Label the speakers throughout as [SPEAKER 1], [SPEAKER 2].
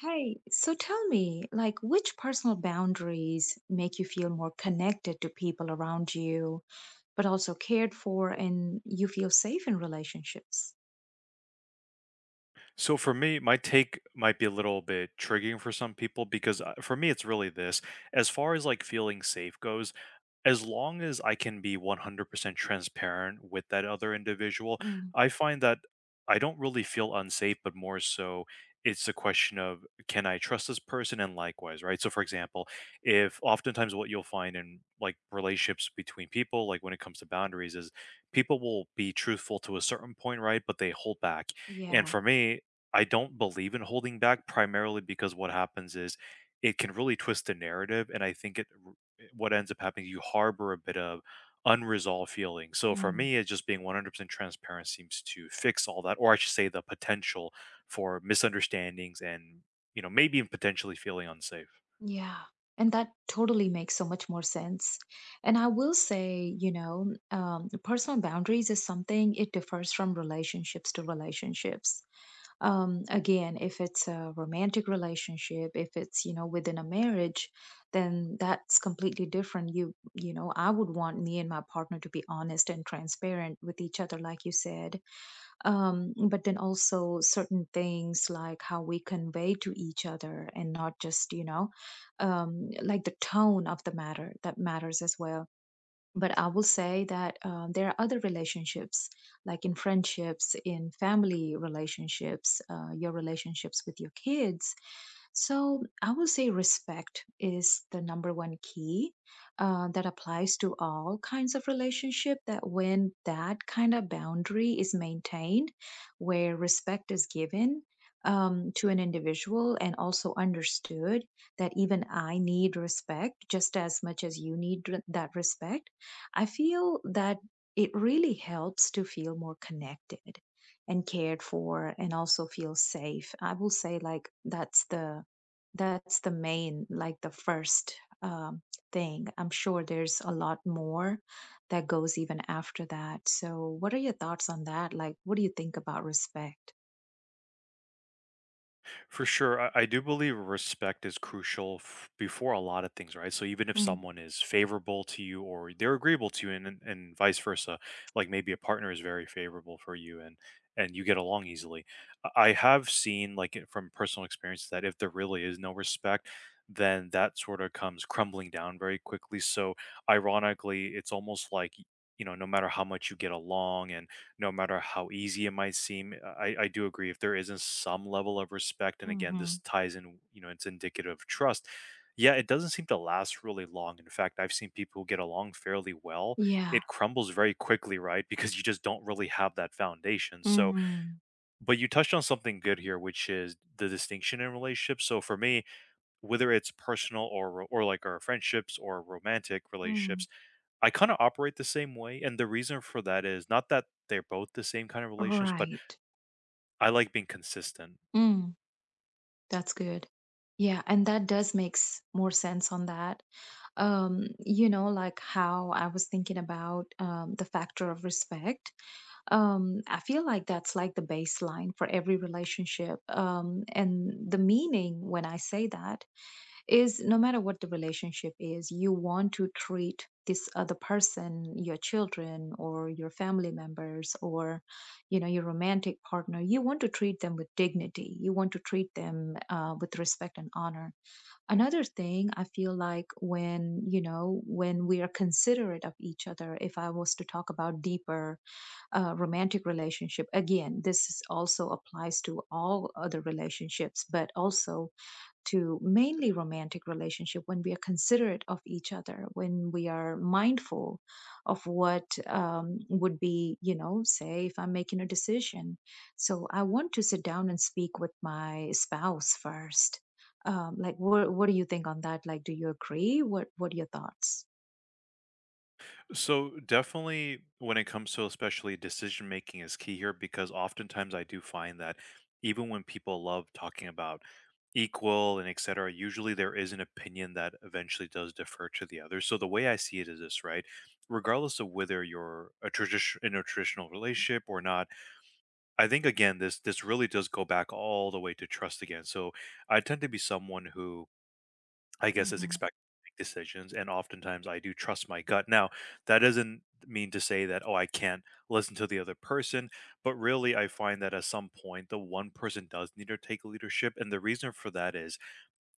[SPEAKER 1] Hey, so tell me, like, which personal boundaries make you feel more connected to people around you, but also cared for, and you feel safe in relationships?
[SPEAKER 2] So for me, my take might be a little bit triggering for some people because for me, it's really this. As far as like feeling safe goes, as long as I can be 100% transparent with that other individual,
[SPEAKER 1] Mm,
[SPEAKER 2] I find that I don't really feel unsafe, but more so it's a question of can I trust this person and likewise, right? So for example, if oftentimes what you'll find in like relationships between people, like when it comes to boundaries is people will be truthful to a certain point, right? But they hold back. And
[SPEAKER 1] yeah.
[SPEAKER 2] for me, I don't believe in holding back primarily because what happens is it can really twist the narrative and I think it what ends up happening, you harbor a bit of unresolved feelings. So for
[SPEAKER 1] Mm,
[SPEAKER 2] me, it's just being 100% transparent seems to fix all that, or I should say the potential for misunderstandings and, maybe even potentially feeling unsafe.
[SPEAKER 1] yeah. And that totally makes so much more sense. And I will say, personal boundaries is something it differs from relationships to relationships. Again, if it's a romantic relationship, if it's within a marriage, then that's completely different. I would want me and my partner to be honest and transparent with each other, like you said. But then also certain things like how we convey to each other, and not just, like the tone of the matter that matters as well. But I will say that there are other relationships, like in friendships, in family relationships, your relationships with your kids. So I will say respect is the number one key that applies to all kinds of relationship, that when that kind of boundary is maintained, where respect is given to an individual, and also understood, that even I need respect just as much as you need that respect. I feel that it really helps to feel more connected and cared for, and also feel safe. I will say, like, that's the main, like, the first um, thing. I'm sure there's a lot more that goes even after that. So what are your thoughts on that? Like, what do you think about respect?
[SPEAKER 2] For sure. I do believe respect is crucial before a lot of things, right? So even if
[SPEAKER 1] Mm,
[SPEAKER 2] someone is favorable to you or they're agreeable to you and vice versa, like maybe a partner is very favorable for you and you get along easily. I have seen like it from personal experience that if there really is no respect, then that sort of comes crumbling down very quickly. So ironically, it's almost like you know, no matter how much you get along and no matter how easy it might seem. I do agree if there isn't some level of respect, and again, this
[SPEAKER 1] mhm.
[SPEAKER 2] ties in, you know, it's indicative of trust. Yeah, it doesn't seem to last really long. In fact, I've seen people who get along fairly well.
[SPEAKER 1] Yeah,
[SPEAKER 2] It crumbles very quickly, right? Because you just don't really have that foundation. So,
[SPEAKER 1] mm,
[SPEAKER 2] but you touched on something good here, which is the distinction in relationships. So for me, whether it's personal or like our friendships or romantic
[SPEAKER 1] mm,
[SPEAKER 2] relationships, I kind of operate the same way. And the reason for that is not that they're both the same kind of relationships, but
[SPEAKER 1] right.
[SPEAKER 2] I like being consistent.
[SPEAKER 1] Mm. That's good. Yeah, and that does makes more sense on that. You know, like, how I was thinking about the factor of respect. I feel like that's like the baseline for every relationship. And the meaning when I say that is, no matter what the relationship is, you want to treat this other person, your children or your family members or, you know, your romantic partner. You want to treat them with dignity. You want to treat them with respect and honor. Another thing I feel like, when, when we are considerate of each other, if I was to talk about deeper romantic relationship, again, this is also applies to all other relationships, but also to mainly romantic relationship, when we are considerate of each other, when we are mindful of what would be, say if I'm making a decision, so I want to sit down and speak with my spouse first. Like, what do you think on that? Like, do you agree? What are your thoughts?
[SPEAKER 2] So definitely when it comes to especially decision making is key here because oftentimes I do find that even when people love talking about equal and et cetera, usually there is an opinion that eventually does defer to the other. So the way I see it is this, right? Regardless of whether you're a tradition in a traditional relationship or not, I think again this really does go back all the way to trust again. So I tend to be someone who, I guess, is
[SPEAKER 1] Hmm.
[SPEAKER 2] expected to make decisions, and oftentimes I do trust my gut. Now, that doesn't mean to say that, oh, I can't listen to the other person, but really I find that at some point the one person does need to take leadership. And the reason for that is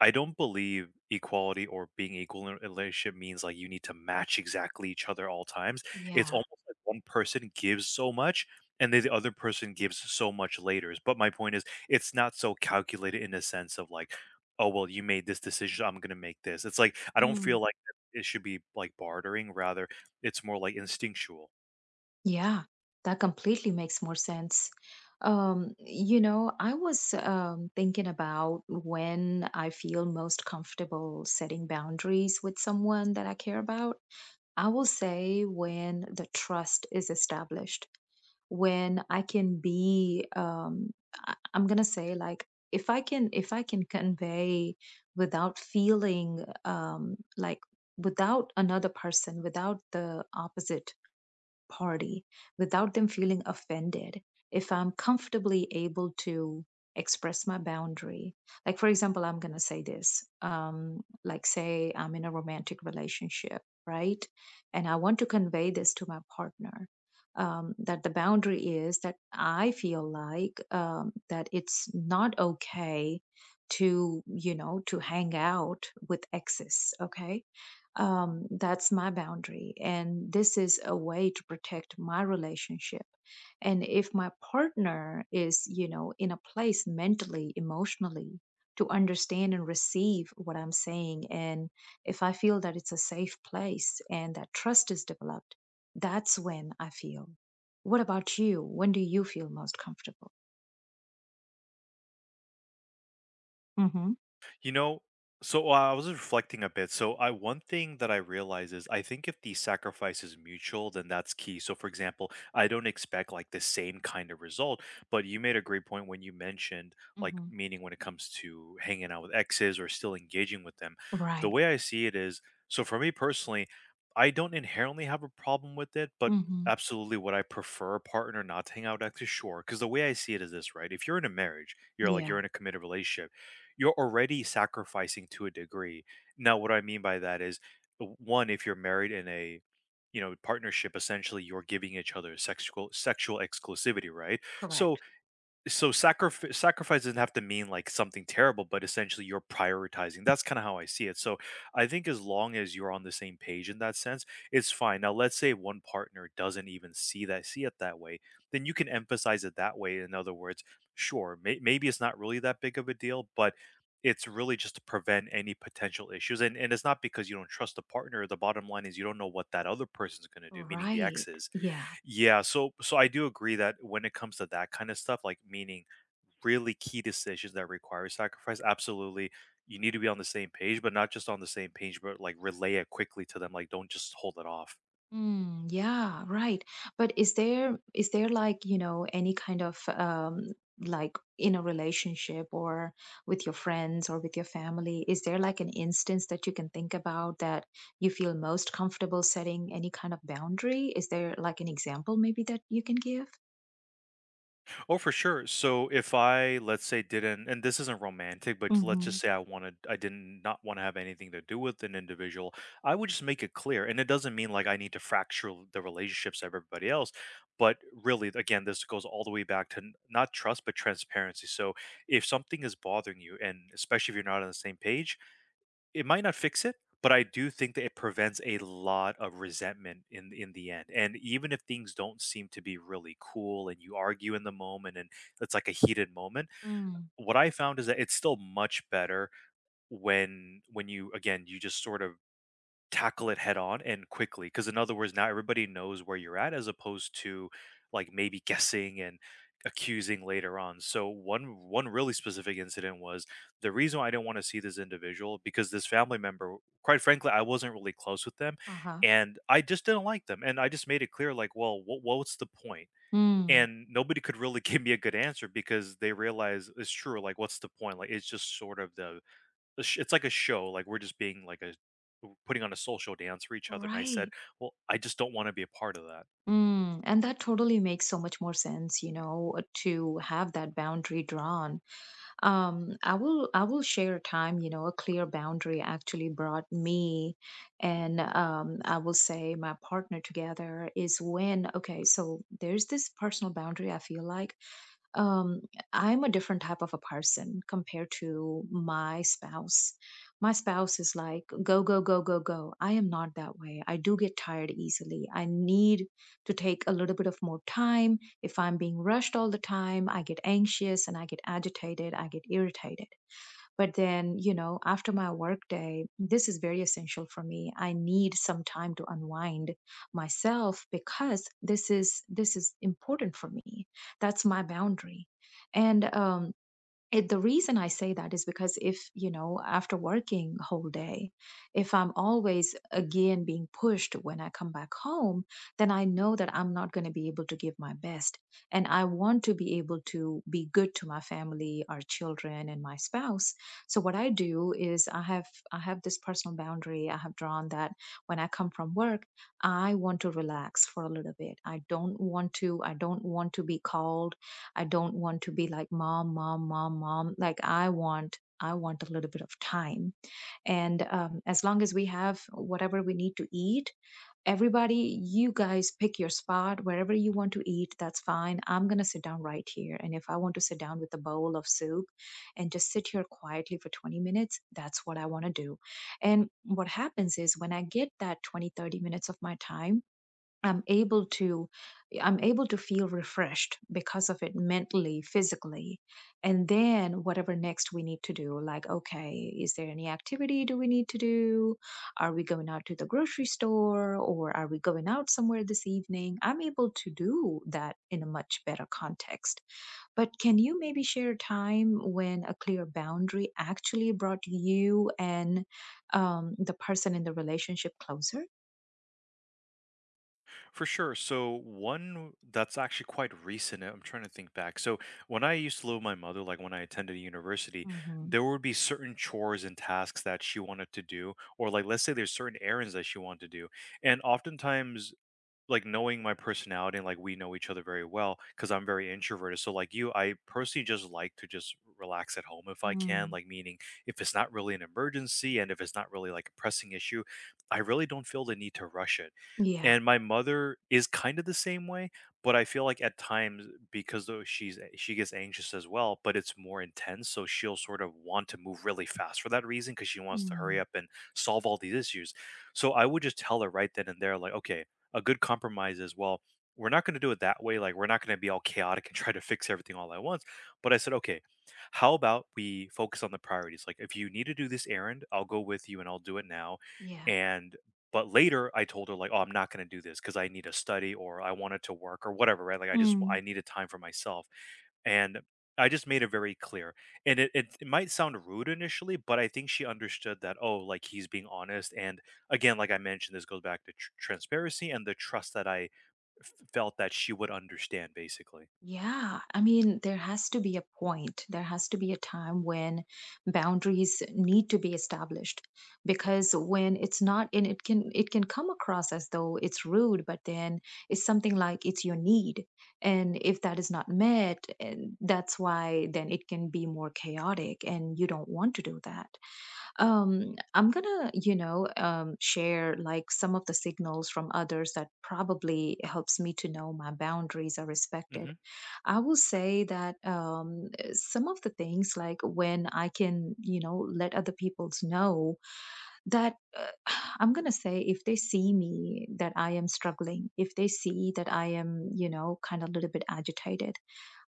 [SPEAKER 2] I don't believe equality or being equal in a relationship means like you need to match exactly each other all times. It's
[SPEAKER 1] Yeah.
[SPEAKER 2] almost like one person gives so much and then the other person gives so much later. But my point is it's not so calculated in a sense of like, oh well, you made this decision, I'm gonna make this. It's like I don't feel like it should be like bartering, rather it's more like instinctual.
[SPEAKER 1] Yeah, that completely makes more sense. I was thinking about when I feel most comfortable setting boundaries with someone that I care about. I will say, when the trust is established, when I can be, I'm gonna say, like, if I can convey without feeling like, without another person, without the opposite party, without them feeling offended, if I'm comfortably able to express my boundary. Like, for example, I'm going to say this, like, say I'm in a romantic relationship, right? And I want to convey this to my partner. That the boundary is that I feel like, that it's not okay to, to hang out with exes, okay? That's my boundary, and this is a way to protect my relationship. And if my partner is, in a place mentally, emotionally, to understand and receive what I'm saying, and if I feel that it's a safe place, and that trust is developed, that's when I feel. What about you? When do you feel most comfortable? Hmm.
[SPEAKER 2] You know, so I was reflecting a bit. So I one thing that I realize is I think if the sacrifice is mutual, then that's key. So for example, I don't expect like the same kind of result, but you made a great point when you mentioned, like,
[SPEAKER 1] Hmm.
[SPEAKER 2] meaning when it comes to hanging out with exes or still engaging with them. The
[SPEAKER 1] Right.
[SPEAKER 2] way I see it is, so for me personally, I don't inherently have a problem with it, but
[SPEAKER 1] Hmm.
[SPEAKER 2] absolutely would I prefer a partner not to hang out with exes? Sure. Because the way I see it is this, right? If you're in a marriage, you're like
[SPEAKER 1] Yeah.
[SPEAKER 2] you're in a committed relationship. You're already sacrificing to a degree. Now, what I mean by that is, one, if you're married in a partnership, essentially you're giving each other sexual exclusivity, right? so
[SPEAKER 1] Correct.
[SPEAKER 2] so sacrifice doesn't have to mean, like, something terrible, but essentially you're prioritizing. That's kinda how I see it. So, I think as long as you're on the same page in that sense, it's fine. Now, let's say one partner doesn't even see it that way, then you can emphasize it that way. In other words, sure, maybe it's not really that big of a deal, but it's really just to prevent any potential issues, and it's not because you don't trust the partner. The bottom line is you don't know what that other person's gonna do, meaning the ex
[SPEAKER 1] Right.
[SPEAKER 2] is.
[SPEAKER 1] Yeah.
[SPEAKER 2] Yeah, so I do agree that when it comes to that kinda stuff, like, meaning really key decisions that require sacrifice, absolutely, you need to be on the same page, but not just on the same page, but like relay it quickly to them. Like, don't just hold it off.
[SPEAKER 1] Mm, yeah, right. But is there, like, any kind of like in a relationship, or with your friends, or with your family, is there like an instance that you can think about that you feel most comfortable setting any kind of boundary? Is there like an example maybe that you can give?
[SPEAKER 2] Oh, for sure. So if I, let's say, didn't, and this isn't romantic, but let's
[SPEAKER 1] Hmm.
[SPEAKER 2] just say I wanted, I didn't not want to have anything to do with an individual, I would just make it clear. And it doesn't mean like I need to fracture the relationships of everybody else, but really, again, this goes all the way back to not trust, but transparency. So if something is bothering you, and especially if you're not on the same page, it might not fix it, but I do think that it prevents a lot of resentment in the end. And even if things don't seem to be really cool and you argue in the moment and it's like a heated moment,
[SPEAKER 1] Mm.
[SPEAKER 2] what I found is that it's still much better when you, again, you just sort of tackle it head on and quickly, because in other words now everybody knows where you're at as opposed to like maybe guessing and accusing later on. So one really specific incident was the reason why I didn't want to see this individual, because this family member, quite frankly, I wasn't really close with them
[SPEAKER 1] Uh-huh.
[SPEAKER 2] and I just didn't like them and I just made it clear like, well, what's the point?
[SPEAKER 1] Mm.
[SPEAKER 2] And nobody could really give me a good answer because they realize it's true, like, what's the point? Like it's just sort of it's like a show, like we're just being like a, putting on a social dance for each other, and I said,
[SPEAKER 1] Right.
[SPEAKER 2] well, I just don't want to be a part of that.
[SPEAKER 1] Mm. And that totally makes so much more sense, you know, to have that boundary drawn. I will share a time, a clear boundary actually brought me and I will say my partner together, is when, okay, so there's this personal boundary I feel like, um, I'm a different type of a person compared to my spouse. My spouse is like, go, go, go, go, go. I am not that way. I do get tired easily. I need to take a little bit of more time. If I'm being rushed all the time, I get anxious, and I get agitated, I get irritated. But then, you know, after my work day, this is very essential for me. I need some time to unwind myself, because this is important for me. That's my boundary. And it, the reason I say that is because if, you know, after working whole day, if I'm always again being pushed when I come back home, then I know that I'm not going to be able to give my best. And I want to be able to be good to my family, our children, and my spouse. So what I do is, I have this personal boundary. I have drawn that when I come from work, I want to relax for a little bit. I don't want to be called. I don't want to be like, mom, mom, mom, mom. Like, I want a little bit of time. And as long as we have whatever we need to eat, everybody, you guys pick your spot wherever you want to eat. That's fine. I'm going to sit down right here. And if I want to sit down with a bowl of soup and just sit here quietly for 20 minutes, that's what I want to do. And what happens is when I get that 20, 30 minutes of my time, I'm able to I'm able to feel refreshed because of it, mentally, physically. And then whatever next we need to do, like, okay, is there any activity do we need to do? Are we going out to the grocery store, or are we going out somewhere this evening? I'm able to do that in a much better context. But can you maybe share a time when a clear boundary actually brought you and the person in the relationship closer?
[SPEAKER 2] For sure, so one that's actually quite recent, I'm trying to think back. So when I used to live with my mother, like when I attended university,
[SPEAKER 1] Mm-hmm.
[SPEAKER 2] there would be certain chores and tasks that she wanted to do, or like let's say there's certain errands that she wanted to do, and oftentimes, like, knowing my personality, and like we know each other very well because I'm very introverted. So like you, I personally just like to just relax at home if I can.
[SPEAKER 1] Mm.
[SPEAKER 2] Like, meaning if it's not really an emergency and if it's not really like a pressing issue, I really don't feel the need to rush it.
[SPEAKER 1] Yeah.
[SPEAKER 2] And my mother is kind of the same way, but I feel like at times because, though, she gets anxious as well, but it's more intense. So she'll sort of want to move really fast for that reason because she wants to hurry
[SPEAKER 1] Mm.
[SPEAKER 2] up and solve all these issues. So I would just tell her right then and there, like, okay, a good compromise is, well, we're not going to do it that way, like we're not going to be all chaotic and try to fix everything all at once, but I said, okay, how about we focus on the priorities, like if you need to do this errand I'll go with you and I'll do it now,
[SPEAKER 1] Yeah.
[SPEAKER 2] and but later I told her, like, oh, I'm not going to do this because I need to study or I wanted to work or whatever, right? Like, I just, I
[SPEAKER 1] Mm.
[SPEAKER 2] needed time for myself. And I just made it very clear. And it might sound rude initially, but I think she understood that, oh, like he's being honest, and again, like I mentioned, this goes back to transparency and the trust that I felt that she would understand, basically.
[SPEAKER 1] Yeah, I mean, there has to be a point. There has to be a time when boundaries need to be established, because when it's not, and it can come across as though it's rude, but then it's something like it's your need. And if that is not met, and that's why then it can be more chaotic, and you don't want to do that. I'm gonna, you know, share like some of the signals from others that probably helps me to know my boundaries are respected.
[SPEAKER 2] Hmm.
[SPEAKER 1] I will say that some of the things, like, when I can, let other people's know that I'm gonna say, if they see me that I am struggling, if they see that I am, you know, kind of a little bit agitated,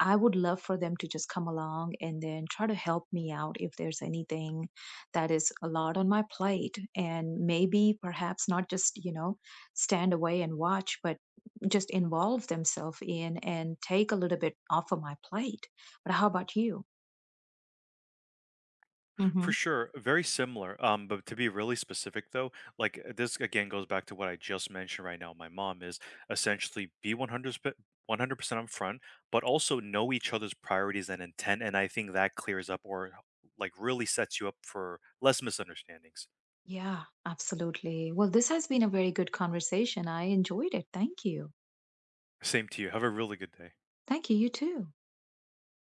[SPEAKER 1] I would love for them to just come along, and then try to help me out if there's anything that is a lot on my plate. And maybe perhaps not just, you know, stand away and watch, but just involve themselves in, and take a little bit off of my plate. But how about you?
[SPEAKER 2] For
[SPEAKER 1] Hmm.
[SPEAKER 2] sure, very similar. But to be really specific, though, like this again goes back to what I just mentioned right now. My mom is essentially be one hundred percent upfront, but also know each other's priorities and intent, and I think that clears up, or like really sets you up for less misunderstandings.
[SPEAKER 1] Yeah, absolutely. Well, this has been a very good conversation. I enjoyed it. Thank you.
[SPEAKER 2] Same to you. Have a really good day.
[SPEAKER 1] Thank you. You too.